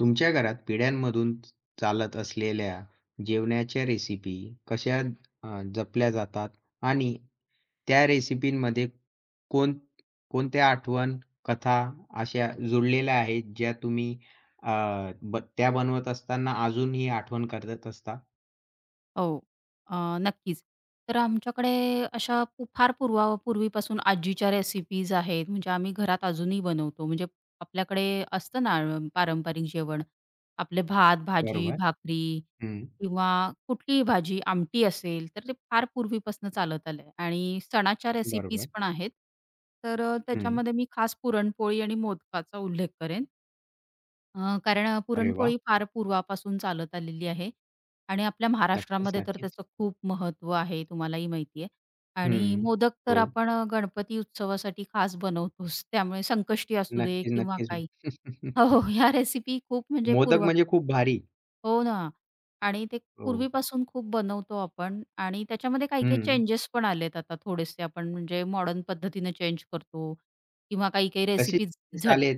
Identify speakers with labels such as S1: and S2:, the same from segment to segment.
S1: तुमच्या घरात पिढ्यांमधून चालत असलेल्या जेवणाच्या रेसिपी कशा जपल्या जातात आणि त्या रेसिपींमध्ये कोण कोणत्या आठवण, कथा अशा जुळलेल्या आहेत ज्या तुम्ही अ, ब त्या बनवत असताना अजूनही आठवण करत असता?
S2: हो. अ, नक्कीच. तर आमच्याकडे अशा पू फार पूर्वा पूर्वीपासून आजीच्या रेसिपीज आहेत. म्हणजे आम्ही घरात अजूनही बनवतो. म्हणजे आपल्याकडे असतं ना पारंपरिक जेवण. आपले भात, भाजी,
S1: बरोबर.
S2: भाकरी
S1: हं.
S2: किंवा कुठलीही भाजी, आमटी असेल, तर ते फार पूर्वीपासून चालत आलंय आणि सणाच्या रेसिपीज
S1: बरोबर.
S2: पण आहेत. तर
S1: हं.
S2: त्याच्यामध्ये मी खास पुरणपोळी आणि मोदकाचा उल्लेख करेन. कारण
S1: अरे वाह!
S2: पुरणपोळी फार पूर्वापासून चालत आलेली आहे आणि आपल्या
S1: नक्कीच,
S2: महाराष्ट्रामध्ये तर
S1: नक्कीच.
S2: त्याचं खूप महत्त्व आहे, तुम्हालाही माहिती आहे. आणि
S1: हं.
S2: मोदक तर
S1: हो.
S2: आपण गणपती उत्सवासाठी खास बनवतोच. त्यामुळे संकष्टी असू दे
S1: नक्कीच,
S2: किंवा
S1: नक्कीच.
S2: काही हो, हो. ह्या रेसिपी खूप म्हणजे
S1: मोदक
S2: पूर्व
S1: म्हणजे खूप भारी.
S2: हो ना. आणि ते
S1: हो.
S2: पूर्वीपासून खूप बनवतो आपण आणि त्याच्यामध्ये काही-काही
S1: हं.
S2: चेंजेस पण आलेत आता थोडेसे आपण म्हणजे मॉडर्न पद्धतीने चेंज करतो किंवा काही-काही
S1: कसे
S2: रेसिपीज झट
S1: आले.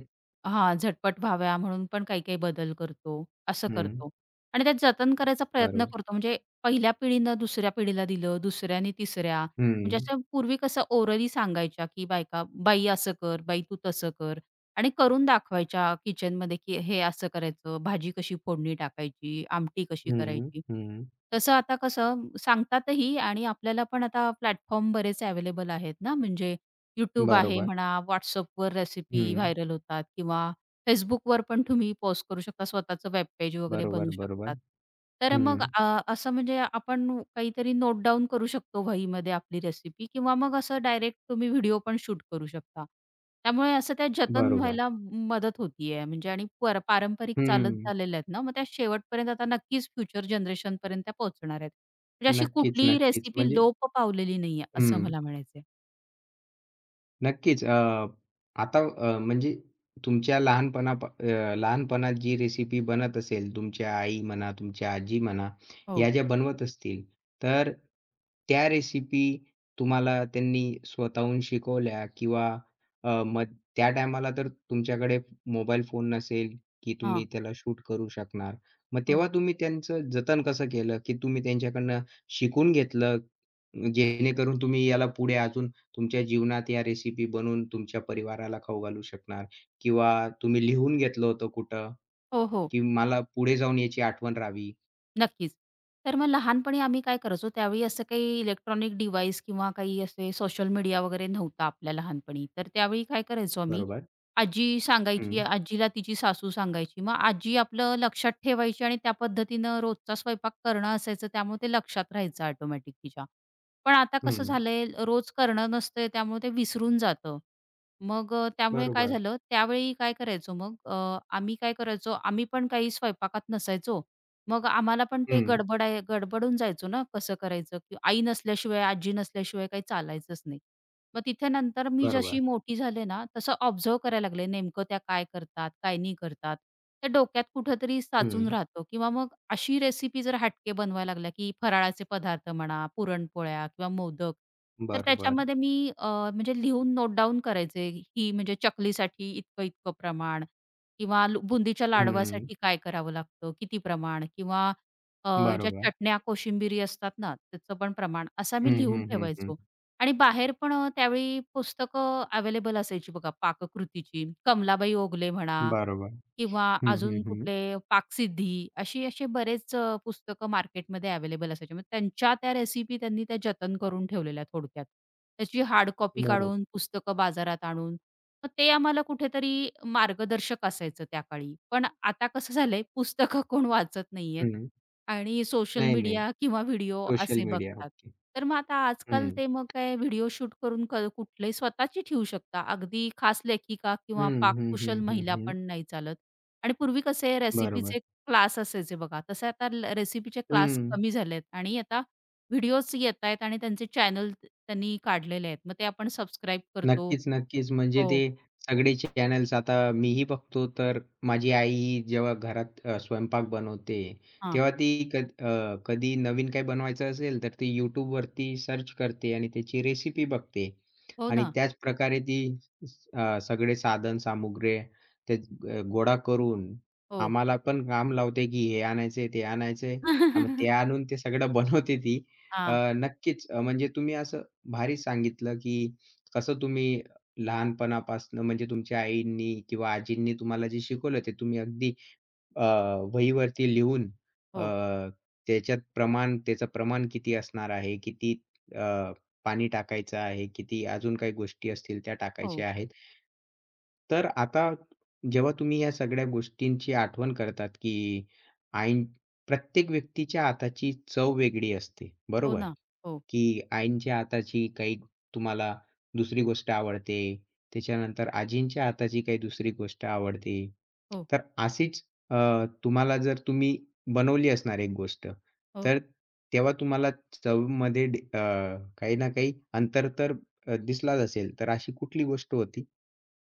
S2: हां, झटपट व्हाव्या म्हणून पण काही-काही बदल करतो, असं
S1: हं,
S2: करतो. आणि त्यात जतन करायचा प्रयत्न
S1: बरोबर.
S2: करतो म्हणजे पहिल्या पिढीनं दुसऱ्या पिढीला दिलं, दुसऱ्याने तिसऱ्या म्हणजे
S1: हं,
S2: असं पूर्वी कसं ओरली सांगायच्या, की बायका, "बाई असं कर, बाई तू तसं कर." आणि करून दाखवायच्या किचनमध्ये, की हे असं करायचं, भाजी कशी फोडणी टाकायची, आमटी कशी
S1: हं,
S2: करायची.
S1: हं.
S2: तसं आता कसं सांगतातही आणि आपल्याला पण आता प्लॅटफॉर्म बरेच अवेलेबल आहेत ना, म्हणजे YouTube आहे
S1: बरोबर.
S2: म्हणा, WhatsAppवर रेसिपी
S1: हं.
S2: व्हायरल होतात किंवा Facebookवर पण तुम्ही पोस्ट करू शकता, स्वतःचं वेब पेज वगैरे बनवू
S1: बरोबर,
S2: शकतात.
S1: बरोबर.
S2: तर मग
S1: हं,
S2: असं म्हणजे आपण काहीतरी नोट डाउन करू शकतो वहीमध्ये आपली रेसिपी किंवा मग असं डायरेक्ट तुम्ही व्हिडिओ पण शूट करू शकता. त्यामुळे असं त्या जतन
S1: बरोबर.
S2: व्हायला मदत होतीये म्हणजे आणि पारंपरिक चालत
S1: हं.
S2: झालेल्या आहेत ना, मग त्या शेवटपर्यंत आता नक्कीच फ्युचर जनरेशनपर्यंत त्या पोहोचणार आहेत. म्हणजे अशी
S1: नक्कीच,
S2: कुठलीही
S1: नक्कीच.
S2: रेसिपी
S1: म्हणजे
S2: लोप पावलेली नाहीये असं
S1: हं.
S2: मला म्हणायचंय.
S1: नक्कीच. अ, आता म्हणजे तुमच्या लहानपणात जी रेसिपी बनत असेल, तुमच्या आई म्हणा, तुमच्या आजी म्हणा,
S2: हो.
S1: या ज्या बनवत असतील, तर त्या रेसिपी तुम्हाला त्यांनी स्वतःहून शिकवल्या किंवा मग त्या टायमाला तर तुमच्याकडे मोबाईल फोन नसेल, की
S2: हां.
S1: तुम्ही त्याला शूट करू शकणार. मग
S2: हो.
S1: तेव्हा तुम्ही त्यांचं जतन कसं केलं, की तुम्ही त्यांच्याकडनं शिकून घेतलं जेणेकरून तुम्ही याला पुढे अजून तुमच्या जीवनात या रेसिपी बनवून तुमच्या परिवाराला खाऊ घालू शकणार किंवा तुम्ही लिहून घेतलं होतं कुठं,
S2: हो, हो.
S1: की मला पुढे जाऊन याची आठवण राहावी.
S2: नक्कीच. तर मग लहानपणी आम्ही काय करायचो, त्यावेळी असं काही इलेक्ट्रॉनिक डिव्हाइस किंवा काही असे सोशल मीडिया वगैरे नव्हता आपल्या लहानपणी. तर त्यावेळी काय करायचो आम्ही,
S1: बरोबर.
S2: आजी
S1: हं,
S2: सांगायची, आजीला तिची सासू सांगायची. मग आजी आपलं लक्षात ठेवायची आणि त्या पद्धतीनं रोजचा स्वयंपाक करणं असायचं, त्यामुळे ते लक्षात राहायचं ऑटोमॅटिक तिच्या. पण आता कसं
S1: हं.
S2: झालंय, रोज करणं नसतंय, त्यामुळे ते विसरून जातं. मग त्यामुळे काय
S1: बरोबर.
S2: झालं, त्यावेळी काय करायचो मग आम्ही काय करायचो, आम्ही पण काही स्वयंपाकात नसायचो. मग आम्हाला पण ते
S1: हं.
S2: गडबडून जायचो ना, कसं करायचं? की आई नसल्याशिवाय, आजी नसल्याशिवाय काही चालायचंच नाही. मग तिथे नंतर मी जशी
S1: बरोबर.
S2: मोठी झाले ना, तसं ऑब्झर्व्ह करायला लागले, नेमकं त्या काय करतात, काय नाही करतात. त्या डोक्यात कुठेतरी साचून
S1: हं.
S2: राहतो किंवा मग अशी रेसिपी जर हटके बनवायला लागल्या, की फराळाचे पदार्थ म्हणा, पुरणपोळ्या किंवा मोदक. तर
S1: बरोबर.
S2: त्याच्यामध्ये मी म्हणजे लिहून नोट डाउन करायचे, ही म्हणजे चकलीसाठी इतकं-इतकं प्रमाण किंवा बुंदीच्या
S1: हं.
S2: लाडवासाठी काय करावं लागतं? किती प्रमाण? किंवा अ, ज्या
S1: बरोबर.
S2: चटण्या, कोशिंबिरी असतात ना, त्याचं पण प्रमाण असा मी
S1: हं,
S2: लिहून
S1: हं, हं, हं.
S2: ठेवायचो. आणि बाहेर पण त्यावेळी पुस्तकं अवेलेबल असायची बघा पाककृतीची. कमलाबाई ओगले म्हणा
S1: बरोबर.
S2: किंवा
S1: हं, हं,
S2: अजून
S1: हं.
S2: कुठले पाकसिद्धी अशी असे बरेच पुस्तकं मार्केटमध्ये अवेलेबल असायचे. मग त्यांच्या त्या रेसिपी त्यांनी त्या जतन करून ठेवलेल्या थोडक्यात. त्याची हार्ड कॉपी
S1: बरोबर.
S2: काढून पुस्तकं बाजारात आणून मग ते आम्हाला कुठेतरी मार्गदर्शक असायचं त्या काळी. पण आता कसं झालंय पुस्तकं कोण वाचत नाहीयेत
S1: हं.
S2: आणि सोशल
S1: नाही, नाही.
S2: मीडिया किंवा व्हिडिओ
S1: सोशल
S2: असे
S1: मीडिया.
S2: बघतात.
S1: ओके.
S2: तर मग आता आजकाल
S1: हं.
S2: ते मग काय व्हिडिओ शूट करून कुठलेही स्वतःची ठेवू शकता. अगदी खास लेखिका किंवा
S1: हं, हं,
S2: पाककुशल
S1: हं, हं,
S2: महिला
S1: हं.
S2: पण नाही चालत. आणि पूर्वी कसे
S1: बरोबर.
S2: रेसिपीचे क्लास असायचे बघा, तसे आता रेसिपीचे क्लास
S1: हं.
S2: कमी झालेत आणि आता व्हिडिओज येतायत आणि त्यांचे चॅनल त्यांनी काढलेले आहेत. मग ते आपण सबस्क्राईब करतो.
S1: नक्कीच, नक्कीच. म्हणजे ते
S2: हो.
S1: सगळे चॅनल्स आता मीही बघतो, तर माझी आई जेव्हा घरात स्वयंपाक बनवते,
S2: हां.
S1: तेव्हा ती कधी नवीन काही बनवायचं असेल, तर ती YouTubeवरती सर्च करते आणि त्याची रेसिपी बघते.
S2: हो
S1: आणि
S2: ना.
S1: त्याच प्रकारे ती सगळे साधन-सामुग्री ते गोळा करून
S2: हो.
S1: आम्हाला पण काम लावते, की हे आणायचंय, ते आणायचंय. मग ते आणून ते सगळं बनवते ती.
S2: हां.
S1: नक्कीच. म्हणजे तुम्ही असं भारी सांगितलं, की कसं तुम्ही लहानपणापासून म्हणजे तुमच्या आईंनी किंवा आजींनी तुम्हाला जे शिकवलं ते तुम्ही अगदी अ, वहीवरती लिहून अ,
S2: हो.
S1: त्याच्यात प्रमाण त्याचं प्रमाण किती असणार आहे, किती अ, पाणी टाकायचं आहे, किती अजून काही गोष्टी असतील त्या
S2: हो.
S1: टाकायच्या आहेत. तर आता जेव्हा तुम्ही या सगळ्या गोष्टींची आठवण करतात, की आईन प्रत्येक व्यक्तीच्या हाताची चव वेगळी असते,
S2: हो
S1: बरोबर?
S2: ना. हो.
S1: की आईंच्या हाताची काही तुम्हाला दुसरी गोष्ट आवडते, त्याच्यानंतर आजींच्या हाताची काही दुसरी गोष्ट आवडते.
S2: हो.
S1: तर अशीच तुम्हाला जर तुम्ही बनवली असणार एक गोष्ट,
S2: हो.
S1: तर तेव्हा तुम्हाला चवमध्ये काही ना काही अंतर तर दिसलाच असेल. तर अशी कुठली गोष्ट होती?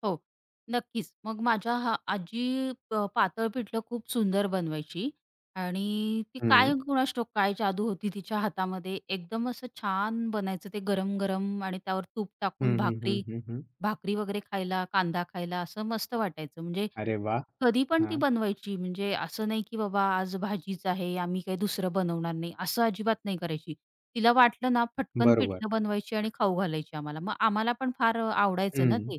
S2: हो, नक्कीच. मग माझ्या हा आजी पातळ पिठलं खूप सुंदर बनवायची आणि ती
S1: हं.
S2: काय कुणास ठाऊक काय जादू होती तिच्या हातामध्ये. एकदम असं छान बनायचं ते गरम-गरम आणि त्यावर तूप टाकून
S1: हं, हं, हं,
S2: भाकरी
S1: हं, हं.
S2: भाकरी वगैरे खायला, कांदा खायला असं मस्त वाटायचं. म्हणजे
S1: अरे वा!
S2: कधी पण ती
S1: हां,
S2: बनवायची. म्हणजे असं नाही की बाबा आज भाजीच आहे, आम्ही काही दुसरं बनवणार नाही, असं अजिबात नाही करायची. तिला वाटलं ना, फटकन
S1: बरोबर.
S2: पिठलं बनवायची आणि खाऊ घालायची आम्हाला. मग आम्हाला पण फार आवडायचं ना
S1: हं.
S2: ते.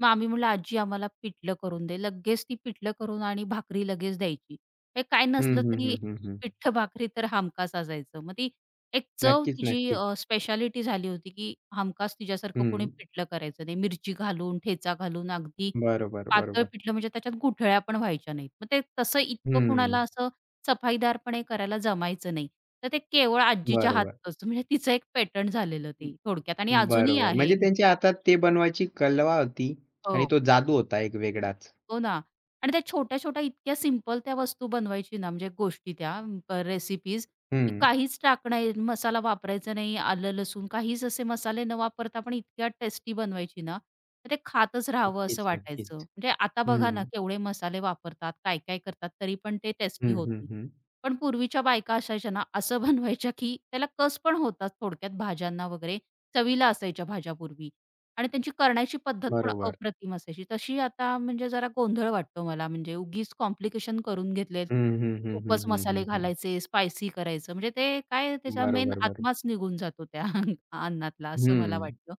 S2: मग आम्ही म्हटलं, "आजी आम्हाला पिठलं करून दे." लगेच ती पिठलं करून आणि भाकरी लगेच द्यायची. हे काय
S1: हं,
S2: नसलं
S1: हं,
S2: तरी
S1: हं, हं, हं.
S2: पिठलं भाकरी तर हमखास असायचं. मग ती एक चव
S1: नक्कीच,
S2: तिची
S1: नक्कीच.
S2: स्पेशालिटी झाली होती, की हमखास तिच्यासारखं कोणी
S1: हं.
S2: पिठलं करायचं नाही. मिरची घालून, ठेचा घालून अगदी
S1: बरोबर,
S2: पातळ
S1: बरोबर.
S2: पिठलं म्हणजे त्याच्यात गुठळ्या पण व्हायच्या नाहीत. मग ते तसं इतकं
S1: हं.
S2: कुणाला असं सफाईदारपणे करायला जमायचं नाही. तर ते केवळ आजीच्या
S1: बरोबर.
S2: हातचंच म्हणजे तिचं एक पॅटर्न झालेलं ते थोडक्यात आणि
S1: हं,
S2: अजूनही
S1: बरोबर.
S2: आहे.
S1: म्हणजे त्यांच्या हातात ते बनवायची कलवा होती आणि
S2: हो.
S1: तो जादू होता एक वेगळाच.
S2: हो ना. आणि त्या छोट्या-छोट्या इतक्या सिंपल त्या वस्तू बनवायची ना, म्हणजे गोष्टी त्या रेसिपीज की
S1: हं.
S2: काहीच टाकणं मसाला वापरायचा नाही, आलं-लसूण काहीच असे मसाले न वापरता पण इतक्या टेस्टी बनवायची ना, तर ते खातच राहावं असं
S1: नक्कीच,
S2: वाटायचं.
S1: नक्कीच.
S2: म्हणजे आता बघा ना,
S1: हं.
S2: केवढे मसाले वापरतात, काय-काय करतात, तरी पण ते टेस्टी
S1: हं,
S2: होत
S1: हं,
S2: नाही.
S1: हं.
S2: पण पूर्वीच्या बायका असायच्या ना, असं बनवायच्या की त्याला कस पण होता थोडक्यात भाज्यांना वगैरे, चवीला असायच्या भाज्या पूर्वी. आणि त्यांची करण्याची पद्धत पण
S1: बरोबर.
S2: अप्रतिम असायची. तशी आता म्हणजे जरा गोंधळ वाटतो मला म्हणजे उगीच कॉम्प्लिकेशन करून घेतलेत.
S1: हं, हं, हं, हं,
S2: खूपच
S1: हं,
S2: मसाले
S1: हं, हं.
S2: घालायचे, स्पायसी करायचं म्हणजे ते काय त्याचा
S1: बरोबर,
S2: मेन
S1: बरोबर.
S2: आत्माच निघून जातो त्या अन्नातला असं मला
S1: हं.
S2: वाटतं.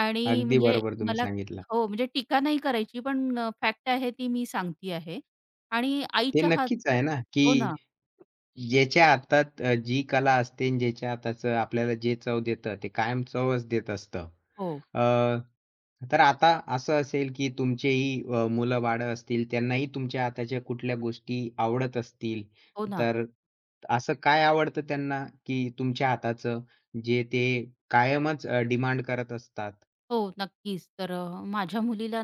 S2: आणि
S1: अगदी
S2: म्हणजे
S1: बरोबर तुम्ही
S2: मला
S1: सांगितलं.
S2: हो, म्हणजे टीका नाही करायची पण फॅक्ट आहे ती मी सांगती आहे. आणि
S1: ते
S2: आईच्या हात
S1: नक्कीच आहे ना, की
S2: हो ना.
S1: ज्याच्या हातात जी कला असते आणि ज्याच्या हाताचं आपल्याला जे चव देतं, ते कायम चवच देत असतं.
S2: हो,
S1: अ, तर आता असं असेल, की तुमचेही मुलं-बाळं असतील, त्यांनाही तुमच्या हाताच्या कुठल्या गोष्टी आवडत असतील,
S2: हो ना.
S1: तर असं काय आवडतं त्यांना, की तुमच्या हाताचं जे ते कायमच डिमांड करत असतात?
S2: हो, नक्कीच. तर माझ्या मुलीला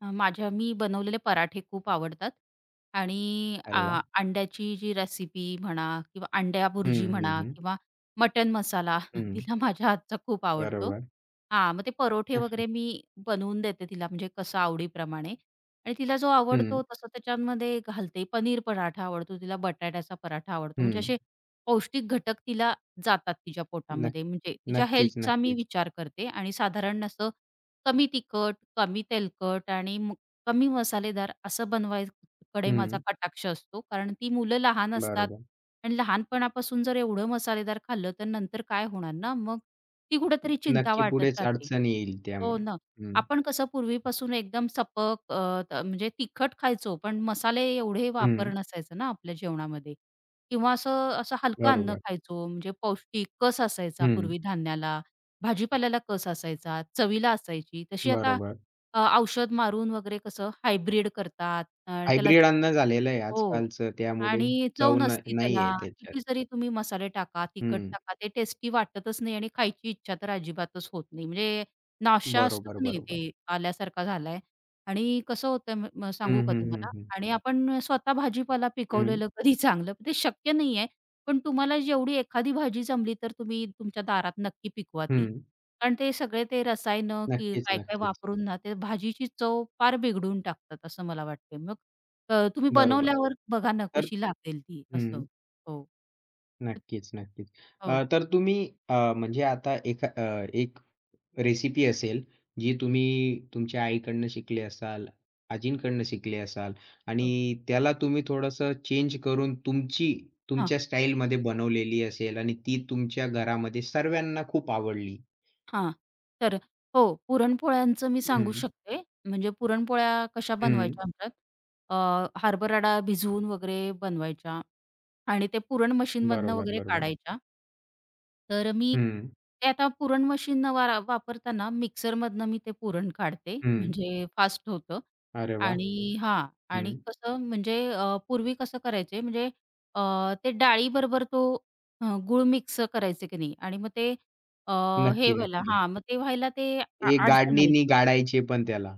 S2: अ, माझ्या मी बनवलेले पराठे खूप आवडतात आणि
S1: अरे वाह!
S2: अंड्याची जी रेसिपी म्हणा किंवा अंड्या
S1: हं,
S2: भुर्जी
S1: हं,
S2: म्हणा
S1: हं.
S2: किंवा मटण मसाला
S1: हं.
S2: तिला माझ्या हातचा खूप आवडतो.
S1: बरोबर.
S2: हां, मग ते परोठे वगैरे मी बनवून देते तिला म्हणजे कसं आवडीप्रमाणे आणि तिला जो आवडतो
S1: हं,
S2: तसं त्याच्यामध्ये घालते. पनीर पराठा आवडतो तिला, बटाट्याचा पराठा आवडतो. म्हणजे
S1: हं.
S2: असे पौष्टिक घटक तिला जातात तिच्या
S1: नक्क
S2: पोटामध्ये. म्हणजे तिच्या
S1: नक्कीच,
S2: हेल्थचा मी
S1: नक्कीच.
S2: विचार करते आणि साधारण असं कमी तिखट कमी तेलकट आणि कमी मसालेदार असं बनवायकडे माझा
S1: हं.
S2: कटाक्ष असतो. कारण ती मुलं लहान असतात
S1: बरोबर.
S2: आणि लहानपणापासून जर एवढं मसालेदार खाल्लं, तर नंतर काय होणार ना? मग ती कुठेतरी चिंता
S1: नक्की
S2: वाटत
S1: पुढेच
S2: राहते.
S1: अडचण येईल
S2: हो
S1: त्यामुळे.
S2: ना.
S1: हं.
S2: आपण कसं पूर्वीपासून एकदम सपक अ, त म्हणजे तिखट खायचो, पण मसाले एवढे वापर
S1: हं.
S2: नसायचा ना आपल्या जेवणामध्ये किंवा असं असं हलकं अन्न
S1: बरोबर.
S2: खायचो. म्हणजे पौष्टिक कस असायचा
S1: हं.
S2: पूर्वी धान्याला, भाजीपाल्याला कस असायचा, चवीला असायची. तशी आता
S1: बरोबर.
S2: औषध मारून वगैरे कसं हायब्रिड करतात. त्याला
S1: हायब्रिड अन्न झालेलं आहे
S2: हो.
S1: आजकालचं त्यामुळे
S2: आणि चव
S1: चव न
S2: नसती
S1: नाही
S2: त्याला.
S1: आहे त्याच्यात.
S2: किती जरी तुम्ही मसाले टाका, तिखट
S1: हं.
S2: टाका, ते टेस्टी वाटतच नाही आणि खायची इच्छा तर अजिबातच होत नाही. म्हणजे नाश्ता असतो
S1: बरोबर,
S2: की नाही
S1: बरोबर.
S2: ते आल्यासारखा झालाय आणि कसं होतं म म
S1: हं,
S2: सांगू का
S1: हं, हं,
S2: तुम्हाला?
S1: हं.
S2: आणि आपण स्वतः भाजीपाला
S1: हं,
S2: पिकवलेलं कधी चांगलं ते शक्य नाही आहे. पण तुम्हाला जेवढी एखादी भाजी जमली तर तुम्ही तुमच्या दारात नक्की पिकवा ती.
S1: हं.
S2: कारण ते सगळे ते रसायनं की
S1: नक्कीच,
S2: काय-काय
S1: नक्कीच.
S2: वापरून ना, ते भाजीची चव फार बिघडून टाकतात असं मला वाटते. मग तुम्ही
S1: बरोबर.
S2: बनवल्यावर बघा ना
S1: तर
S2: कशी लागेल ती असं.
S1: हं.
S2: हो.
S1: नक्कीच, नक्कीच.
S2: हो,
S1: तर तुम्ही म्हणजे आता एका अ, एक रेसिपी असेल, जी तुम्ही तुमच्या आईकडनं शिकले असाल, आजींकडनं शिकले असाल आणि
S2: हो.
S1: त्याला तुम्ही थोडंसं चेंज करून तुमची,
S2: हां,
S1: तुमच्या स्टाईलमध्ये बनवलेली असेल आणि ती तुमच्या घरामध्ये सर्वांना खूप आवडली.
S2: हां. तर हो, पुरणपोळ्यांचं मी सांगू
S1: हं,
S2: शकते. म्हणजे पुरणपोळ्या कशा बनवायच्या
S1: हं.
S2: आमच्यात अ, हरभरा डाळ भिजवून वगैरे बनवायच्या आणि ते पुरण मशीनमधनं
S1: बरोबर,
S2: वगैरे
S1: बरोबर.
S2: काढायच्या तर मी
S1: हं,
S2: ते आता पुरण मशीन वारा वापरताना मिक्सरमधनं मी ते पुरण काढते,
S1: हं.
S2: म्हणजे फास्ट होतं.
S1: अरे वाह!
S2: आणि हां. आणि
S1: हं.
S2: कसं म्हणजे पूर्वी कसं करायचे म्हणजे अ, ते डाळीबरोबर तो गूळ मिक्स करायचे की नाही आणि मग ते अ, हे
S1: नक्की,
S2: व्हायला
S1: नक्की.
S2: हां, मग ते व्हायला ते
S1: हे
S2: अडचण
S1: गाडणीनी
S2: यायची.
S1: गाडायचे पण त्याला.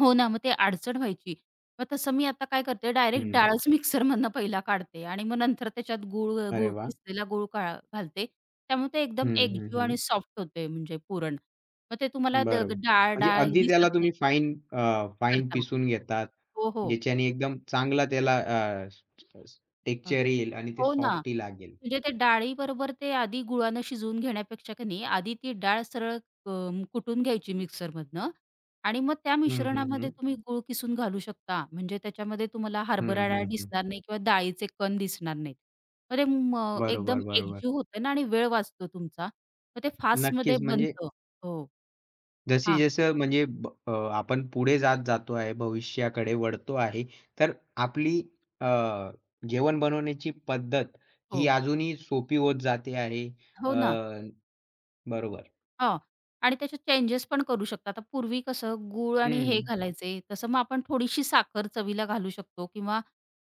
S2: हो ना, मग ते अडचण व्हायची. मग तसं मी आता काय करते डायरेक्ट
S1: हं.
S2: डाळच मिक्सरमधनं पहिला काढते आणि मग नंतर त्याच्यात गूळ अ,
S1: अरे
S2: गूळ
S1: वाह!
S2: किसलेला गूळ का घालते. त्यामुळे ते एकदम
S1: हं, हं,
S2: एकजीव
S1: हं.
S2: आणि सॉफ्ट होते म्हणजे पुरण. मग ते तुम्हाला
S1: बरोबर. म्हणजे
S2: डाळ-डाळ
S1: अगदी
S2: दिसत
S1: त्याला तुम्ही
S2: नाही
S1: फाईन
S2: करताना.
S1: पिसून घेतात.
S2: हो, हो.
S1: ज्याच्याने एकदम चांगला त्याला टेक्चर
S2: अ,
S1: टेक्स्चर येईल आणि ते
S2: हो ना.
S1: सॉफ्टी लागेल.
S2: म्हणजे ते डाळीबरोबर ते आधी गुळानं शिजवून घेण्यापेक्षा की नाही, आधी ती डाळ सरळ अ, कुटून घ्यायची मिक्सरमधनं आणि मग त्या
S1: हं, हं,
S2: मिश्रणामध्ये
S1: हं.
S2: तुम्ही गूळ किसून घालू शकता. म्हणजे त्याच्यामध्ये तुम्हाला
S1: हं,
S2: हरभरा डाळ
S1: हं, हं.
S2: दिसणार नाही किंवा डाळीचे कण दिसणार नाहीत. मग ते एकदम
S1: बरोबर, बरोबर.
S2: एकजीव होतं ना आणि वेळ वाचतो तुमचा. मग ते फास्टमध्ये
S1: नक्कीच म्हणजे
S2: बनतं. हो.
S1: जशी
S2: हां.
S1: जसं म्हणजे आपण पुढे जात जातो आहे, भविष्याकडे वळतो आहे, तर आपली अ, जेवण बनवण्याची पद्धत ही
S2: हो.
S1: अजूनही सोपी होत जाते आहे. अ,
S2: हो ना.
S1: बरोबर.
S2: हां. आणि त्याच्यात चेंजेस पण करू शकता. आता पूर्वी कसं गूळ आणि हे
S1: हं.
S2: घालायचे, तसं मग आपण थोडीशी साखर चवीला घालू शकतो किंवा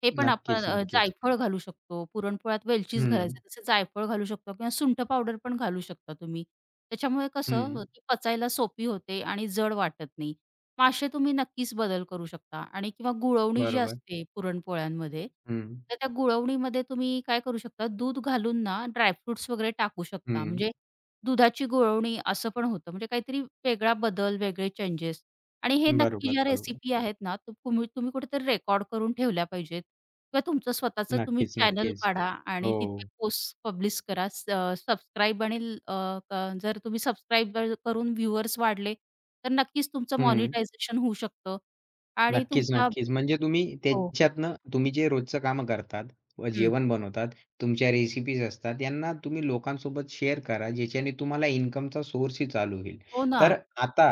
S2: हे पण आपण
S1: नक्कीच, नक्कीच.
S2: जायफळ घालू शकतो. पुरणपोळ्यात वेलचीच
S1: हं,
S2: घालायचे, तसं जायफळ घालू शकतो किंवा सुंठ पावडर पण घालू शकता तुम्ही. त्याच्यामुळे कसं
S1: हं.
S2: ती पचायला सोपी होते आणि जड वाटत नाही. मग असे तुम्ही नक्कीच बदल करू शकता आणि किंवा गुळवणी जी
S1: बरोबर.
S2: असते पुरणपोळ्यांमध्ये,
S1: हं.
S2: तर त्या गुळवणीमध्ये तुम्ही काय करू शकता, दूध घालून ना ड्रायफ्रुट्स वगैरे टाकू शकता.
S1: हं.
S2: म्हणजे दुधाची गुळवणी असं पण होतं. म्हणजे काहीतरी वेगळा बदल, वेगळे चेंजेस आणि हे नक्की
S1: बरोबर,
S2: ज्या
S1: बरोबर.
S2: रेसिपी आहेत ना, तर तुम्ही तुम्ही कुठेतरी रेकॉर्ड करून ठेवल्या पाहिजेत किंवा तुमचं स्वतःचं तुम्ही
S1: नक्कीच,
S2: चॅनल
S1: नक्कीच.
S2: काढा आणि
S1: हो.
S2: तिथे पोस्ट पब्लिश करा. सबस्क्राईब आणि अ, अ, क- जर तुम्ही सबस्क्राईब करून व्ह्यूअर्स वाढले, तर नक्कीच तुमचं
S1: हं.
S2: मॉनिटायझेशन होऊ शकतं आणि
S1: नक्कीच,
S2: तुमच्या
S1: नक्कीच. म्हणजे तुम्ही
S2: हो, हो.
S1: त्याच्यातनं तुम्ही जे रोजचं कामं करतात, व
S2: हं.
S1: जेवण बनवतात, तुमच्या रेसिपीज असतात, यांना तुम्ही लोकांसोबत शेअर करा, ज्याच्याने तुम्हाला इन्कमचा सोर्सही चालू होईल.
S2: हो ना.
S1: तर आता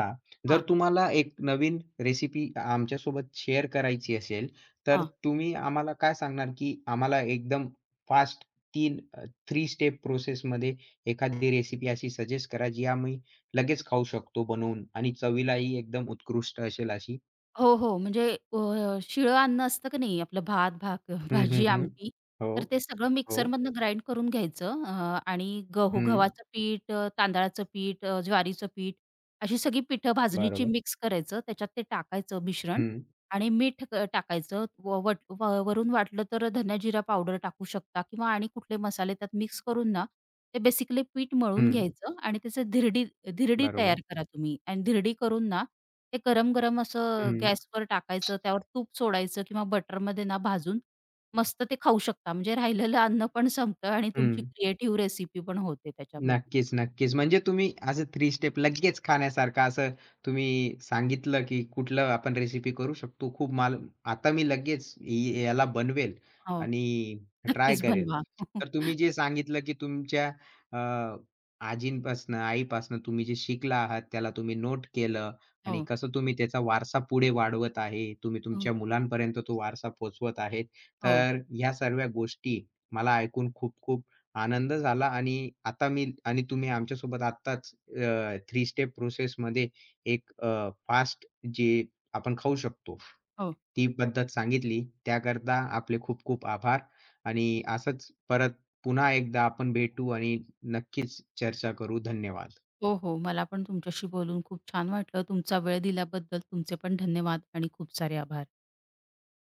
S1: जर
S2: हां,
S1: तुम्हाला एक नवीन रेसिपी आमच्यासोबत शेअर करायची असेल, तर
S2: हां.
S1: तुम्ही आम्हाला काय सांगणार, की आम्हाला एकदम फास्ट 3 3 स्टेप प्रोसेसमध्ये एखादी रेसिपी अशी सजेस्ट करा, जी आम्ही लगेच खाऊ शकतो बनवून आणि चवीलाही एकदम उत्कृष्ट असेल अशी?
S2: हो, हो. म्हणजे शिळं अन्न असतं की नाही आपलं भात,
S1: हं, हं,
S2: भाजी,
S1: हं.
S2: आमटी,
S1: हो,
S2: तर ते सगळं
S1: हो.
S2: मिक्सरमधनं ग्राइंड करून घ्यायचं आणि
S1: हं.
S2: गव्हाचं पीठ, तांदळाचं पीठ, ज्वारीचं पीठ अशी सगळी पिठं भाजणीची
S1: बरोबर.
S2: मिक्स करायचं. त्याच्यात ते टाकायचं मिश्रण
S1: हं,
S2: आणि मीठ टाकायचं. व वट व वरून वाटलं तर धना जिरा पावडर टाकू शकता किंवा आणि कुठले मसाले त्यात मिक्स करून ना, ते बेसिकली पीठ मळून
S1: हं.
S2: घ्यायचं आणि त्याचं धिरडी धिरडी
S1: बरोबर.
S2: तयार करा तुम्ही आणि धिरडी करून ना ते गरम-गरम असं
S1: हं,
S2: गॅसवर टाकायचं, त्यावर तूप सोडायचं किंवा बटरमध्ये ना भाजून, मस्त ते खाऊ शकता. म्हणजे राहिलेलं अन्न पण संपतं आणि तुमची
S1: हं.
S2: क्रिएटिव्ह रेसिपी पण होते त्याच्यामधून.
S1: नक्कीच, नक्कीच. म्हणजे तुम्ही असं थ्री स्टेप लगेच खाण्यासारखं असं तुम्ही सांगितलं, की कुठलं आपण रेसिपी करू शकतो. खूप माल आता मी लगेच याला बनवेल
S2: हो,
S1: आणि ट्राय
S2: नक्कीच
S1: करेल.
S2: बनवा.
S1: तर तुम्ही जे सांगितलं, की तुमच्या अ, आजींपासनं, आईपासनं तुम्ही जे शिकला आहात, त्याला तुम्ही नोट केलं आणि
S2: हो,
S1: कसं तुम्ही त्याचा वारसा पुढे वाढवत आहे. तुम्ही
S2: हो,
S1: तुमच्या मुलांपर्यंत तो वारसा पोहोचवत आहेत.
S2: हो,
S1: तर ह्या सर्व गोष्टी मला ऐकून खूप खूप आनंद झाला आणि आता मी आणि तुम्ही आमच्यासोबत आत्ताच थ्री स्टेप प्रोसेसमध्ये एक फास्ट जे आपण खाऊ शकतो,
S2: हो,
S1: ती पद्धत सांगितली. त्याकरता आपले खूप खूप आभार आणि असंच परत पुन्हा एकदा आपण भेटू आणि नक्कीच चर्चा करू. धन्यवाद.
S2: हो, हो. मला पण तुमच्याशी बोलून खूप छान वाटलं. तुमचा वेळ दिल्याबद्दल तुमचे पण धन्यवाद आणि खूप सारे आभार.